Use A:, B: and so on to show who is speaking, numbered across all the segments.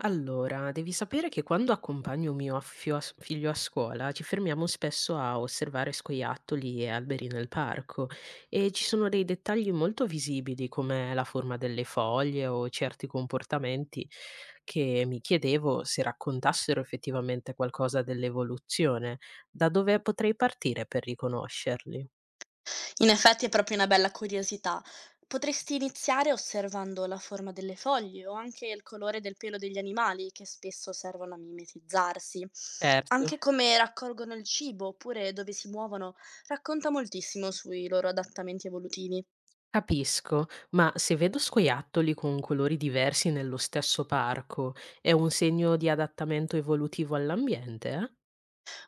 A: Allora, devi sapere che quando accompagno figlio a scuola ci fermiamo spesso a osservare scoiattoli e alberi nel parco e ci sono dei dettagli molto visibili come la forma delle foglie o certi comportamenti che mi chiedevo se raccontassero effettivamente qualcosa dell'evoluzione. Da dove potrei partire per riconoscerli?
B: In effetti è proprio una bella curiosità. Potresti iniziare osservando la forma delle foglie o anche il colore del pelo degli animali che spesso servono a mimetizzarsi.
A: Certo.
B: Anche come raccolgono il cibo oppure dove si muovono racconta moltissimo sui loro adattamenti evolutivi.
A: Capisco, ma se vedo scoiattoli con colori diversi nello stesso parco, è un segno di adattamento evolutivo all'ambiente, eh?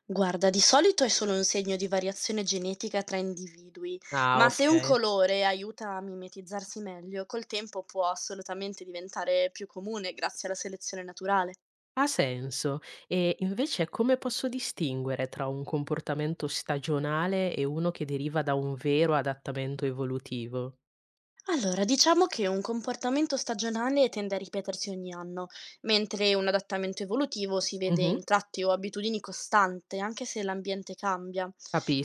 B: Guarda, di solito è solo un segno di variazione genetica tra individui,
A: Ah,
B: ma se un
A: ok.
B: colore aiuta a mimetizzarsi meglio, col tempo può assolutamente diventare più comune grazie alla selezione naturale.
A: Ha senso. E invece come posso distinguere tra un comportamento stagionale e uno che deriva da un vero adattamento evolutivo?
B: Allora, diciamo che un comportamento stagionale tende a ripetersi ogni anno, mentre un adattamento evolutivo si vede
A: Mhm.
B: in tratti o abitudini costante, anche se l'ambiente cambia.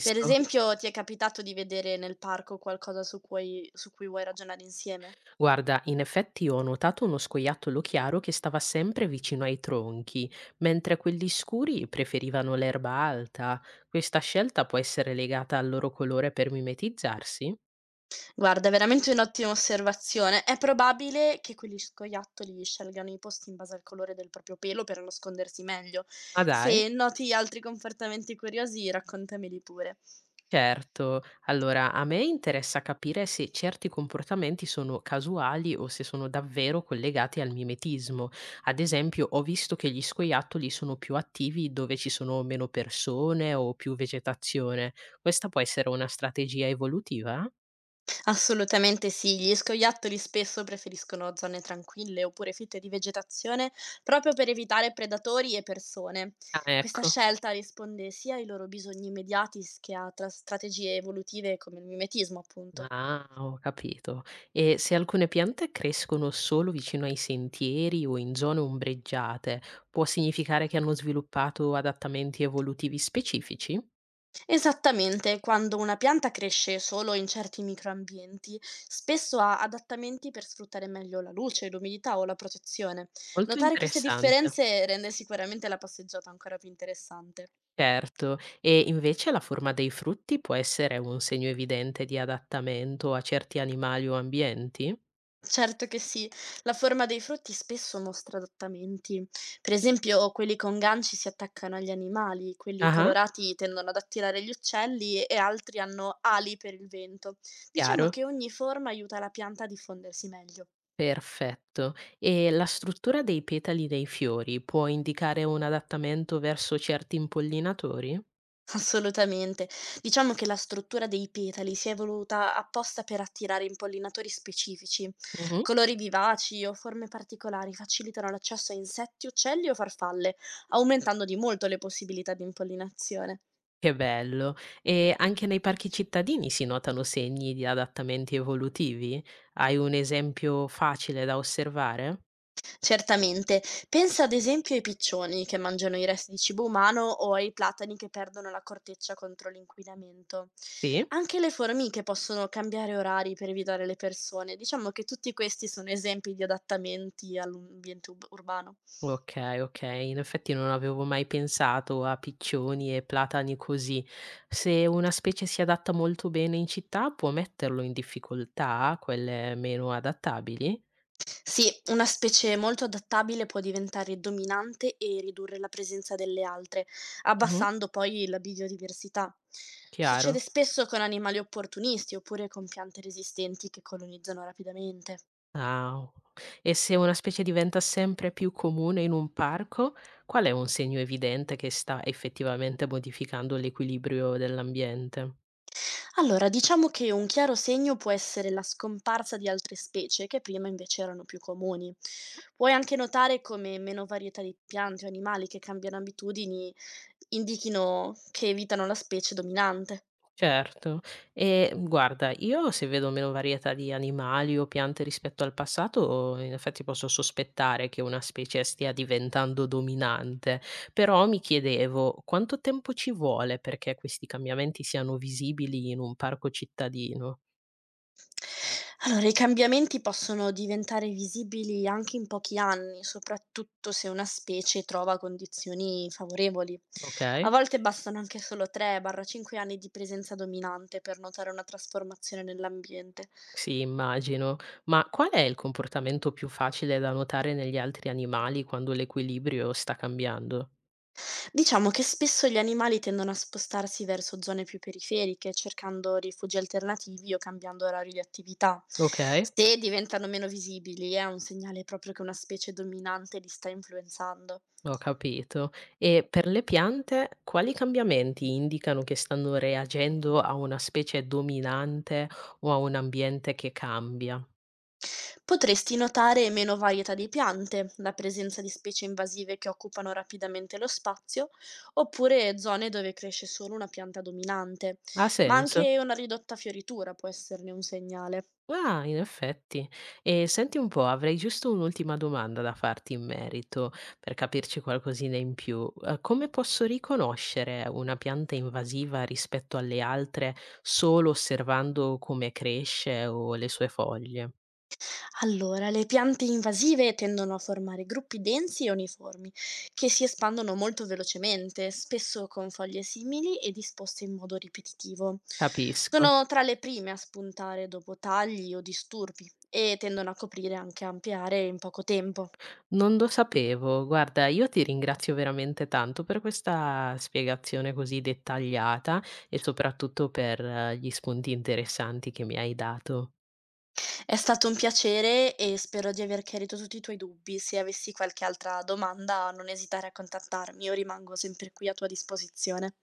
B: Per esempio, ti è capitato di vedere nel parco qualcosa su cui vuoi ragionare insieme?
A: Guarda, in effetti ho notato uno scoiattolo chiaro che stava sempre vicino ai tronchi, mentre quelli scuri preferivano l'erba alta. Questa scelta può essere legata al loro colore per mimetizzarsi?
B: Guarda, è veramente un'ottima osservazione. È probabile che quegli scoiattoli scelgano i posti in base al colore del proprio pelo per nascondersi meglio.
A: Ma dai!
B: Se noti altri comportamenti curiosi, raccontameli pure.
A: Certo, allora a me interessa capire se certi comportamenti sono casuali o se sono davvero collegati al mimetismo. Ad esempio, ho visto che gli scoiattoli sono più attivi dove ci sono meno persone o più vegetazione. Questa può essere una strategia evolutiva?
B: Assolutamente sì, gli scoiattoli spesso preferiscono zone tranquille oppure fitte di vegetazione proprio per evitare predatori e persone.
A: Ah,
B: Questa
A: ecco.
B: scelta risponde sia ai loro bisogni immediati che a strategie evolutive come il mimetismo, appunto.
A: Ah, ho capito. E se alcune piante crescono solo vicino ai sentieri o in zone ombreggiate, può significare che hanno sviluppato adattamenti evolutivi specifici?
B: Esattamente, quando una pianta cresce solo in certi microambienti, spesso ha adattamenti per sfruttare meglio la luce, l'umidità o la protezione.
A: Molto
B: Notare queste
A: interessante,
B: differenze rende sicuramente la passeggiata ancora più interessante.
A: certo. E invece la forma dei frutti può essere un segno evidente di adattamento a certi animali o ambienti?
B: Certo che sì, la forma dei frutti spesso mostra adattamenti. Per esempio, quelli con ganci si attaccano agli animali, quelli
A: Ah-ah,
B: colorati tendono ad attirare gli uccelli e altri hanno ali per il vento. Diciamo
A: chiaro.
B: che ogni forma aiuta la pianta a diffondersi meglio.
A: Perfetto. E la struttura dei petali dei fiori può indicare un adattamento verso certi impollinatori?
B: Assolutamente. Diciamo che la struttura dei petali si è evoluta apposta per attirare impollinatori specifici.
A: Mh-mh.
B: Colori vivaci o forme particolari facilitano l'accesso a insetti, uccelli o farfalle, aumentando di molto le possibilità di impollinazione.
A: Che bello. E anche nei parchi cittadini si notano segni di adattamenti evolutivi? Hai un esempio facile da osservare?
B: Certamente. Pensa ad esempio ai piccioni che mangiano i resti di cibo umano o ai platani che perdono la corteccia contro l'inquinamento.
A: Sì?
B: Anche le formiche possono cambiare orari per evitare le persone. Diciamo che tutti questi sono esempi di adattamenti all'ambiente urbano.
A: Okay, okay. In effetti non avevo mai pensato a piccioni e platani così. Se una specie si adatta molto bene in città, può metterlo in difficoltà quelle meno adattabili?
B: Sì, una specie molto adattabile può diventare dominante e ridurre la presenza delle altre,
A: Mh-mh.
B: abbassando poi la biodiversità. Succede
A: Chiaro.
B: spesso con animali opportunisti oppure con piante resistenti che colonizzano rapidamente.
A: Ah, o e se una specie diventa sempre più comune in un parco, qual è un segno evidente che sta effettivamente modificando l'equilibrio dell'ambiente?
B: Allora, diciamo che un chiaro segno può essere la scomparsa di altre specie che prima invece erano più comuni. Puoi anche notare come meno varietà di piante o animali che cambiano abitudini indichino che evitano la specie dominante.
A: Certo. Guarda, io se vedo meno varietà di animali o piante rispetto al passato, in effetti posso sospettare che una specie stia diventando dominante, però mi chiedevo quanto tempo ci vuole perché questi cambiamenti siano visibili in un parco cittadino.
B: Allora, i cambiamenti possono diventare visibili anche in pochi anni, soprattutto se una specie trova condizioni favorevoli.
A: Okay?
B: A volte bastano anche solo 3-5 anni di presenza dominante per notare una trasformazione nell'ambiente.
A: Sì, immagino. Ma qual è il comportamento più facile da notare negli altri animali quando l'equilibrio sta cambiando?
B: Diciamo che spesso gli animali tendono a spostarsi verso zone più periferiche, cercando rifugi alternativi o cambiando orari di attività.
A: Ok.
B: Se diventano meno visibili, è un segnale proprio che una specie dominante li sta influenzando.
A: Ho capito. E per le piante, quali cambiamenti indicano che stanno reagendo a una specie dominante o a un ambiente che cambia?
B: Potresti notare meno varietà di piante, la presenza di specie invasive che occupano rapidamente lo spazio, oppure zone dove cresce solo una pianta dominante,
A: Ha
B: ma
A: senso?
B: anche una ridotta fioritura può esserne un segnale.
A: Ah, in effetti. E senti un po', avrei giusto un'ultima domanda da farti in merito, per capirci qualcosina in più. Come posso riconoscere una pianta invasiva rispetto alle altre solo osservando come cresce o le sue foglie?
B: Allora, le piante invasive tendono a formare gruppi densi e uniformi, che si espandono molto velocemente, spesso con foglie simili e disposte in modo ripetitivo.
A: Capisco.
B: Sono tra le prime a spuntare dopo tagli o disturbi e tendono a coprire e anche a ampliare in poco tempo.
A: Non lo sapevo. Guarda, io ti ringrazio veramente tanto per questa spiegazione così dettagliata e soprattutto per gli spunti interessanti che mi hai dato.
B: È stato un piacere e spero di aver chiarito tutti i tuoi dubbi. Se avessi qualche altra domanda, non esitare a contattarmi, io rimango sempre qui a tua disposizione.